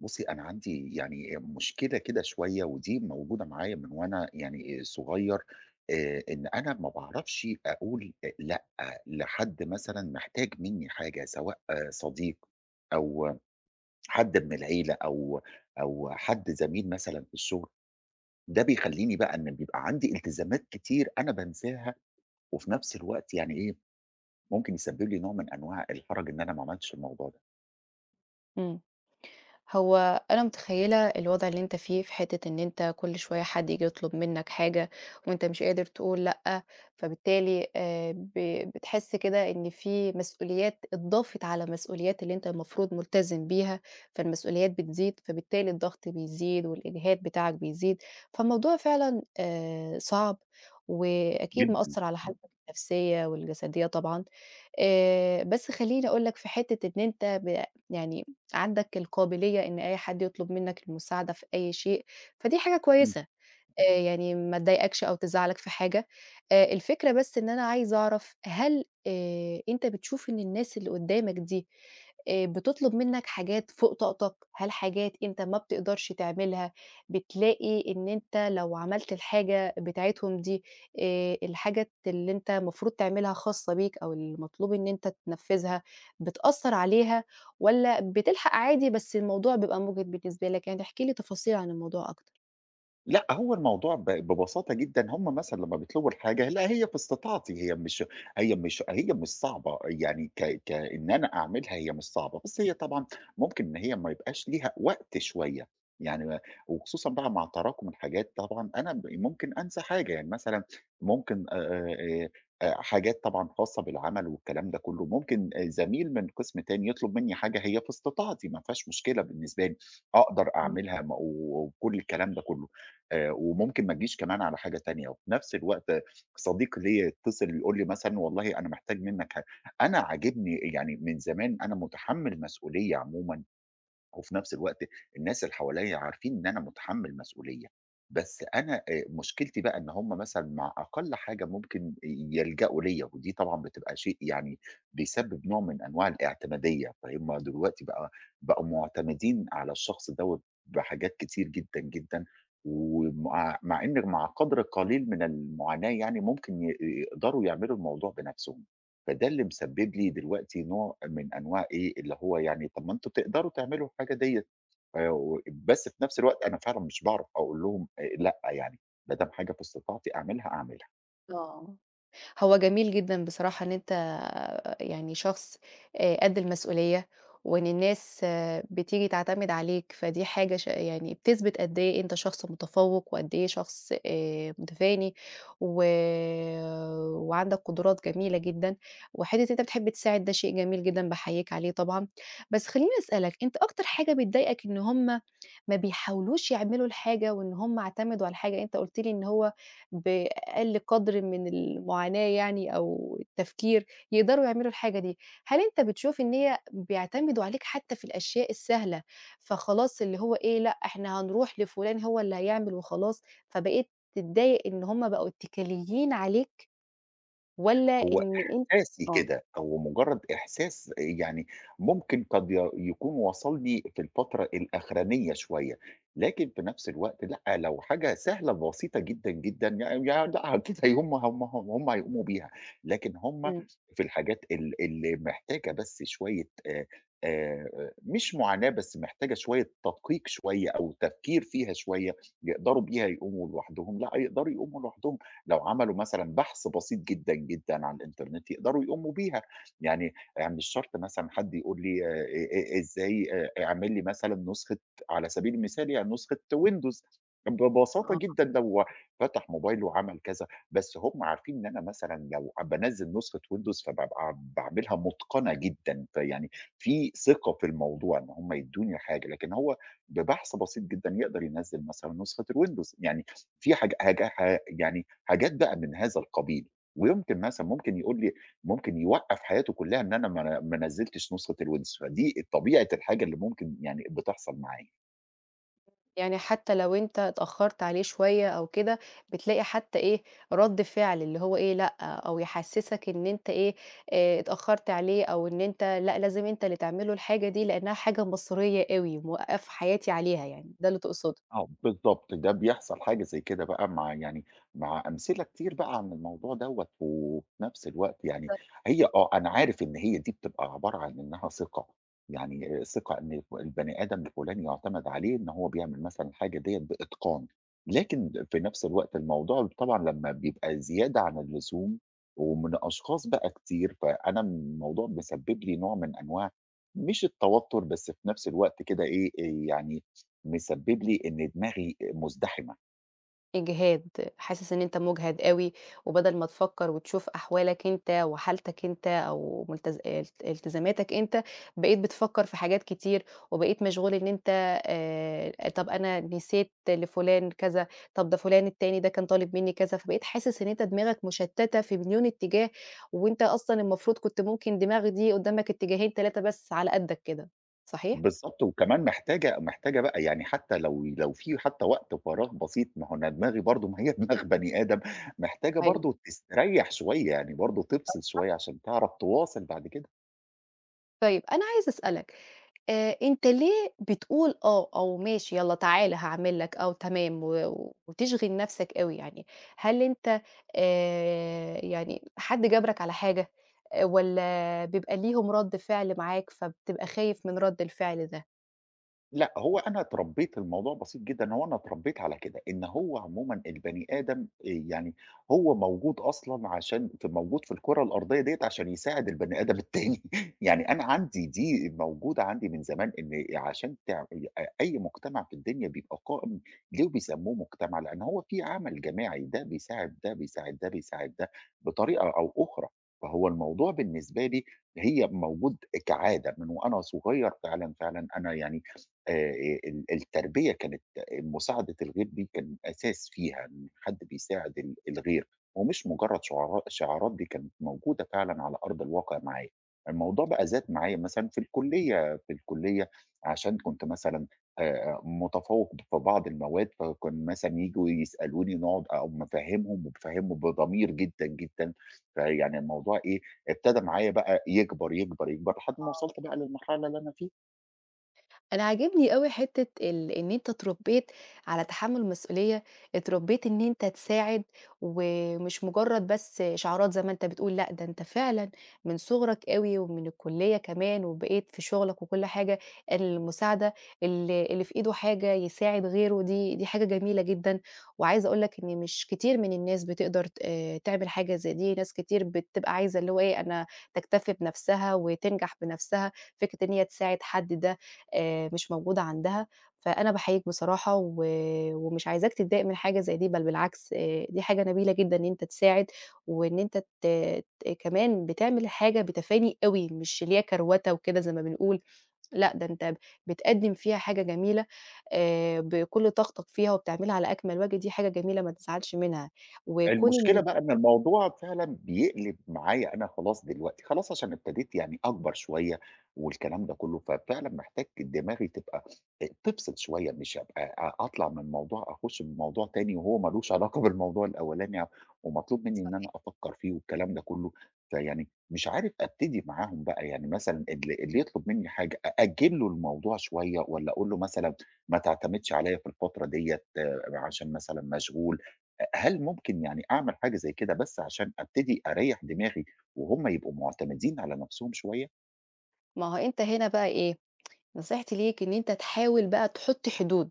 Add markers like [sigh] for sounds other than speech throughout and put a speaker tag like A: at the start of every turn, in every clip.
A: بُصّي، أنا عندي يعني مشكلة كده شوية ودي موجودة معايا من وأنا يعني صغير، إن أنا ما باعرفش أقول أ لأ لحد مثلًا محتاج منّي حاجة، سواء آه، صديق أو حد من العيلة أو حد زميل مثلًا في الشغل، ده بيخلّيني بقى إن بيبقى عندي التزامات كتير أنا بانساها وفي نفس الوقت يعني إيه، ممكن يسبب لي نوع من أنواع الحرج إن أنا ما عملتش الموضوع ده.
B: إمم. هو أنا متخيّلة الوضع اللي أنت فيه في حتّة إن أنت كل شوية حد ييجي يطلب منّك حاجة وأنت مش قادر تقول لأ، فبالتالي ب بتحس كده إن في مسؤوليات اتضافت على المسؤوليات اللي أنت المفروض ملتزم بيها، فالمسؤوليات بتزيد، فبالتالي الضغط بيزيد والإجهاد بتاعك بيزيد، فالموضوع فعلًا صعب وأكيد
A: جدًا.
B: مأثّر على حالتك النفسية والجسدية طبعًا. بس خلّيني أقول لك في حتّة إن أنت ب يعني عندك القابلية إن أي حد يطلب منّك المساعدة في أي شيء، فدي حاجة كويسة. يعني ما تضايقكش أو تزعّلك في حاجة، الفكرة بس إن أنا عايزة أعرف هل أنت بتشوف إن الناس اللي قدّامك دي بتطلب منّك حاجات فوق طاقتك، هل حاجات أنت ما بتقدرش تعملها، بتلاقي إن أنت لو عملت الحاجة بتاعتهم دي الحاجة اللي أنت المفروض تعملها خاصة بيك أو المطلوب إن أنت تنفّذها بتأثّر عليها والّا بتلحق عادي بس الموضوع بيبقى مُجهِد بالنسبة لك؟ يعني احكِ لي تفاصيل عن الموضوع أكتر.
A: لأ، هو الموضوع ب ببساطة جدًا، هم مثلًا لمّا بيطلبوا الحاجة لأ، هي في استطاعتي، هي مش صعبة، يعني ك كإن أنا أعملها هي مش صعبة، بس هي طبعًا ممكن إن هي ما يبقاش ليها وقت شوية، يعني ما وخصوصًا بقى مع تراكم الحاجات طبعًا أنا ب ممكن أنسى حاجة، يعني مثلًا ممكن آآ حاجات طبعًا خاصة بالعمل والكلام ده كلّه، ممكن آه، زميل من قسم تاني يطلب منّي حاجة هي في استطاعتي، ما فيهاش مشكلة بالنسبة لي، أقدر
B: إمم.
A: أعملها م و وكل الكلام ده كلّه. وممكن ما تجيش كمان على حاجة تانية، وفي نفس الوقت صديق ليّا يتصل يقول لي مثلًا والله أنا محتاج منّك ح أنا عاجبني يعني من زمان أنا مُتحمّل مسؤولية عمومًا وفي نفس الوقت الناس اللي حواليّا عارفين إن أنا متحمّل مسؤولية، بس أنا مشكلتي بقى إن هم مثلًا مع أقل حاجة ممكن يلجأوا ليّا، ودي طبعًا بتبقى شيء يعني بيسبب نوع من أنواع الاعتمادية، فهُم دلوقتي بقى بقوا مُعتمدين على الشخص دوّة بحاجات كتير جدًا، جدًا، ومع إن مع قدْر قليل من المعاناة يعني ممكن ي يقدروا يعملوا الموضوع بنَفْسهم. فده اللي مسبب لي دلوقتي نوع من أنواع إيه، اللي هو يعني طَب ما أنتم تقدروا تعملوا الحاجة ديّة، و بس في نفس الوقت أنا فعلًا مش باعرف أقول لهم لأ يعني، ما دام حاجة في استطاعتي أعملها، أعملها.
B: آه، هو جميل جدًا بصراحة إن أنت شخص قد المسؤولية، وإن الناس آه، بتيجي تعتمد عليك، فدي حاجة ش يعني بتثبت قد إيه أنت شخص متفوّق، وقد إيه شخص متفاني، و وعندك قدرات جميلة جدًا، وحتّة أنت بتحب تساعد ده شيء جميل جدًا باحييك عليه طبعًا، بس خلّيني أسألك أنت أكتر حاجة بتضايقك إن هُم ما بيحاولوش يعملوا الحاجة، وإن هُم اعتمدوا على الحاجة، أنت قُلت لي إن هو ب أقل قدر من المعاناة يعني أو التفكير، يقدروا يعملوا الحاجة دي. هل أنت بتشوف إن هي بيعتمدوا عليك حتى في الأشياء السهلة، فخلاص اللي هو إيه، لأ إحنا هنروح لفلان هو اللي هيعمل وخلاص، فبقيت تتضايق إن هم بقوا اتكاليين عليك والّا
A: هو
B: إن أنت
A: إحساسي
B: آه،
A: كده، هو مجرد إحساس يعني ممكن قد ي يكون وصلني في الفترة الأخرانية شوية، لكن في نفس الوقت لأ، لو حاجة سهلة بسيطة جدًا، جدًا يع يع لأ، أكيد هيقوم هم هيقوموا بيها، لكن هم
B: إمم.
A: في الحاجات ال اللي محتاجة بس شوية مش معاناة بس محتاجة شوية تدقيق شوية أو تفكير فيها شوية، يقدروا بيها يقوموا لوحدهم، لأ، يقدروا يقوموا لوحدهم. لو عملوا مثلًا بحث بسيط جدًا، جدًا على الإنترنت يقدروا يقوموا بيها، يعني مش شرط مثلًا حد يقول لي إزاي اعمل لي مثلًا نسخة على سبيل المثال يعني نسخة Windows ببساطة جدًا لو فتح موبايله وعمل كذا، بس هم عارفين إن أنا مثلًا لو بانزّل نسخة Windows فبابقى باعملها متقنة جدًا، فيعني في ثقة في الموضوع إن هم يدّوني حاجة، لكن هو ببحث بسيط جدًا يقدر ينزّل مثلًا نسخة الWindows يعني في حاج حاج ح يعني حاجات بقى من هذا القبيل، ويمكن مثلًا ممكن يقول لي ممكن يوقّف حياته كلّها إن أنا ما نزّلتش نسخة الWindows، فدي طبيعة الحاجة اللي ممكن يعني بتحصل معايا.
B: يعني حتى لو أنت اتأخرت عليه شوية أو كده، بتلاقي حتى إيه، رد فعل اللي هو إيه لأ، أو يحسسك إن أنت إيه، اتأخرت عليه أو إن أنت لأ، لازم أنت اللي تعمل له الحاجة دي لأنها حاجة مصرية أوي، موقّف حياتي عليها يعني، ده اللي تقصده؟
A: آه، بالضبط، ده بيحصل حاجة زي كده بقى مع يعني مع أمثلة كتير بقى عن الموضوع دوّة، وفي نفس الوقت يعني هي آه، أنا عارف إن هي دي بتبقى عبارة عن إنها ثقة، يعني ثقة إن ف البني آدم الفلاني يُعتمد عليه إن هو بيعمل مثلًا الحاجة ديّة بإتقان، لكن في نفس الوقت الموضوع طبعًا لمّا بيبقى زيادة عن اللزوم ومن أشخاص بقى كتير، فأنا الموضوع مسبب لي نوع من أنواع مش التوتر، بس في نفس الوقت كده إيه، يعني مسبب لي إن دماغي مُزدحمة،
B: إجهاد، حاسس إن أنت مُجهد أوي، وبدل ما تفكّر وتشوف أحوالك أنت وحالتك أنت أو ملتز الت التزاماتك أنت، بقيت بتفكّر في حاجات كتير، وبقيت مشغول إن أنت طَب أنا نسيت لفُلان كذا، طَب ده فُلان التاني ده كان طالب منّي كذا، فبقيت حاسس إن أنت دماغك مُشتّتة في مليون اتجاه، وأنت أصلًا المفروض كنت ممكن دماغ دي قُدّامك اتجاهين 3 بس على قدّك كده، صحيح؟
A: بالضبط، وكمان محتاجة بقى يعني حتى لو في حتى وقت فراغ بسيط، ما هو أنا دماغي برضه ما هي دماغ [laughs] بني آدم، محتاجة
B: أيوه.
A: برضه تستريّح شوية، يعني برضه تفصل شوية عشان تعرف تواصل بعد كده.
B: طيب أنا عايزة أسألك أنت ليه بتقول آه، أو ماشي يالّا تعالَ هاعمل لك أو تمام وتشغِل نَفْسك أوي يعني؟ هل أنت يعني حد جبرك على حاجة والّا بيبقى ليهم رَد فعل معاك فبتبقى خايف من رَد الفعل ده؟
A: لأ، هو أنا اتربيت الموضوع بسيط جدًا، هو أنا اتربيت على كده، إن هو عمومًا البني آدم يعني هو موجود أصلًا عشان ف موجود في الكرة الأرضية ديّة عشان يساعد البني آدم التاني، [laughs] يعني أنا عندي دي موجودة عندي من زمان إن عشان تع أ أي مجتمع في الدنيا بيبقى قائم ليه بيسموه مجتمع؟ لأن هو في عمل جماعي، ده بيساعد ده، بيساعد ده، بيساعد ده، بطريقة أو أخرى، فهو الموضوع بالنسبة لي هي موجود كعادة من وأنا صغير فعلًا، فعلًا أنا يعني آآ ال التربية كانت مساعدة الغير دي كان أساس فيها إن حد بيساعد ال الغير، ومش مجرد شعارا شعارات الشعارات دي كانت موجودة فعلًا على أرض الواقع معايا، الموضوع بقى زاد معايا مثلًا في الكلية، في الكلية عشان كنت مثلًا متفوق في بعض المواد، فكان مثلًا ييجوا يسألوني نقعد أقوم مفهّمهم وبافهّمهم بضمير جدًا، جدًا، فيعني الموضوع إيه ابتدى معايا بقى يكبر، يكبر، يكبر لحد ما
B: آه.
A: وصلت بقى للمرحلة اللي أنا فيها.
B: أنا عاجبني أوي حتّة إن أنت اتربّيت على تحمُّل المسؤولية، اتربّيت إن أنت تساعد ومش مُجرّد بس إشعارات زي ما أنت بتقول، لأ ده أنت فعلًا من صُغرك أوي ومن الكُلّية كمان وبقيت في شُغلك وكل حاجة، المساعدة اللي في إيده حاجة يساعد غيره دي حاجة جميلة جدًا، وعايزة أقول لك إن مش كتير من الناس بتقدر ت تعمل حاجة زي دي، ناس كتير بتبقى عايزة اللي هو إيه، أنا تكتفي بنَفْسها وتنجح بنَفْسها، فكرة إن هي تساعد حد ده مش موجودة عندها، فأنا باحييك بصراحة ومش عايزاك تتضايق من حاجة زي دي، بل بالعكس دي حاجة نبيلة جدًا إن أنت تساعد، وإن أنت ت ت كمان بتعمل حاجة بتفاني أوي، مش اللي هي كروتة وكده زي ما بنقول، لأ ده أنت بتقدّم فيها حاجة جميلة بكل طاقتك فيها وبتعملها على أكمل وجه، دي حاجة جميلة ما تزعلش منها، وكون
A: المشكلة
B: إن
A: بقى إن الموضوع فعلًا بيقلب معايا أنا خلاص دلوقتي، خلاص عشان ابتديت يعني أكبر شوية والكلام ده كلّه، ففعلًا محتاج دماغي تبقى تفصل شوية، مش أبقى أ أطلع من موضوع أخُش في موضوع تاني وهو ما لوش علاقة [laughs] بالموضوع الأولاني ومطلوب منّي إن أنا أفكّر فيه والكلام ده كلّه، فيعني مش عارف أبتدي معاهم بقى، يعني مثلًا اللي يطلب منّي حاجة أأجّل له الموضوع شوية والّا أقول له مثلًا ما تعتمدش عليّا في الفترة ديّة عشان مثلًا مشغول، هل ممكن يعني أعمل حاجة زي كده بس عشان أبتدي أريّح دماغي وهُم يبقوا معتمدين على نَفْسهم شوية؟
B: ما هو أنت هنا بقى إيه، نصيحتي ليك إن أنت تحاول بقى تحط حدود.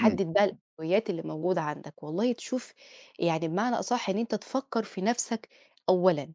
A: إمم،
B: بقى الأولويات اللي موجودة عندك، والله تشوف يعني بمعنى أصح إن أنت تفكّر في نَفْسك أولًا،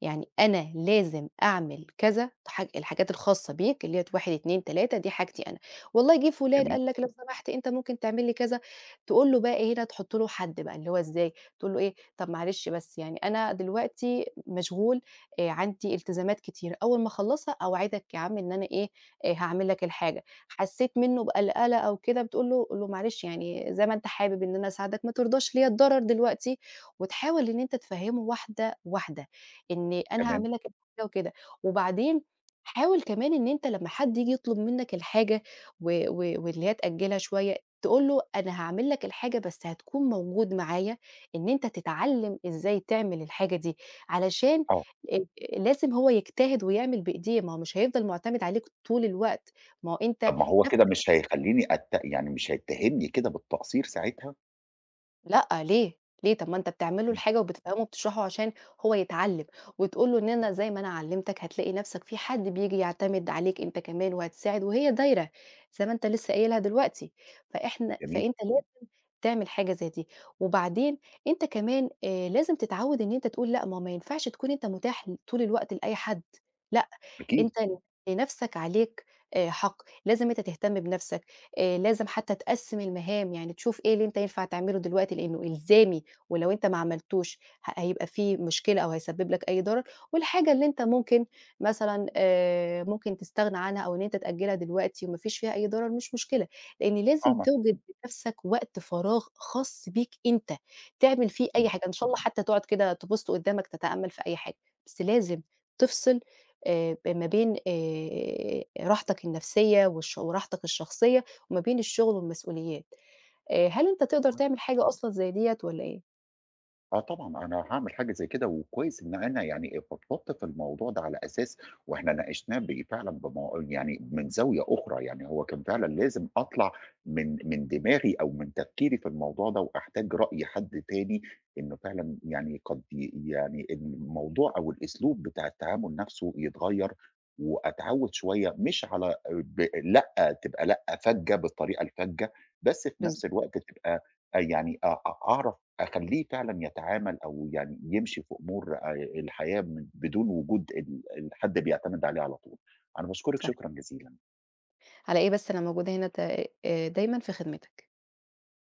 B: يعني أنا لازم أعمل كذا حاج الحاجات الخاصة بيك اللي هي 1، 2، 3 دي حاجتي أنا، والله جِه فلان
A: جميل،
B: قال لك لو سمحت أنت ممكن تعمل لي كذا، تقول له بقى إيه هنا تحط له حد بقى، اللي هو إزاي، تقول له إيه طب معلش بس يعني أنا دلوقتي مشغول عندي التزامات كتيرة، أول ما أخلصها أوعدك يا عم إن أنا إيه، هاعمل لك الحاجة، حسيت منه بقلقلة أو كده بتقول له قُل له معلش يعني زي ما أنت حابب إن أنا أساعدك ما ترضاش ليّا الضرر دلوقتي، وتحاول إن أنت تفهمه واحدة واحدة. إن أنا
A: تمام،
B: هاعمل لك الحاجة وكده، وبعدين حاول كمان إن أنت لمّا حد ييجي يطلب منك الحاجة و و واللي هي تأجّلها شوية، تقول له أنا هاعمل لك الحاجة بس هتكون موجود معايا إن أنت تتعلّم إزاي تعمل الحاجة دي، علشان
A: آه.
B: آآ لازم هو يجتهد ويعمل بإيديه، ما هو مش هيفضل مُعتمد عليك طول الوقت، ما هو أنت
A: طَب ما هو
B: نَفْس
A: كده مش هيخلّيني أت يعني مش هيتّهمني كده بالتقصير ساعتها؟
B: لأ ليه؟ ليه؟ طب ما أنت بتعمل له
A: إمم،
B: الحاجة وبتفهمه وبتشرحه عشان هو يتعلم، وتقول له إن أنا زي ما أنا علمتك هتلاقي نفسك في حد بييجي يعتمد عليك أنت كمان وهتساعد وهي دايرة زي ما أنت لسه قايلها دلوقتي،
A: جميل،
B: فأنت لازم تعمل حاجة زي دي، وبعدين أنت كمان لازم تتعود إن أنت تقول لأ، ما هو ما ينفعش تكون أنت متاح ل طول الوقت لأي حد. لأ.
A: أكيد،
B: أنت لنفسك عليك حق، لازم أنت تهتم بنفسك، لازم حتى تقسّم المهام، يعني تشوف إيه اللي أنت ينفع تعمله دلوقتي لإنه إلزامي، ولو أنت ما عملتوش هيبقى في مشكلة أو هيسبب لك أي ضرر، والحاجة اللي أنت ممكن مثلًا ممكن تستغنى عنها أو إن أنت تأجلها دلوقتي وما فيش فيها أي ضرر مش مشكلة، لإن
A: آه
B: لازم
A: معاك.
B: توجد لنفسك وقت فراغ خاص بيك أنت، تعمل فيه أي حاجة، إن شاء الله حتى تقعد كده تبُص قدامك تتأمل في أي حاجة، بس لازم تفصل ب ما بين راحتك النفسية وراحتك الشخصية وما بين الشغل والمسؤوليات. هل أنت تقدر تعمل حاجة أصلًا زي ديّة والّا إيه؟
A: آه طبعًا، أنا هاعمل حاجة زي كده، وكويس إن أنا يعني فضفضت في الموضوع ده على أساس وإحنا ناقشناه ب فعلًا بم يعني من زاوية أخرى، يعني هو كان فعلًا لازم أطلع من دماغي أو من تفكيري في الموضوع ده، وأحتاج رأي حد تاني إنه فعلًا يعني قد ي يعني الموضوع أو الأسلوب بتاع التعامل نفسه يتغيّر، وأتعوّد شوية مش على ب لأ تبقى لأ فَجّة بالطريقة الفَجّة، بس في نفس
B: بالضبط.
A: الوقت تبقى يعني أ أ أعرف أخلّيه فعلًا يتعامل أو يعني يمشي في أمور الحياة من بدون وجود ال الحد بيعتمد عليه على طول. أنا باشكرِك
B: صح.
A: شكرًا جزيلًا.
B: على إيه بس أنا موجودة هنا ت دايمًا في خدمتك.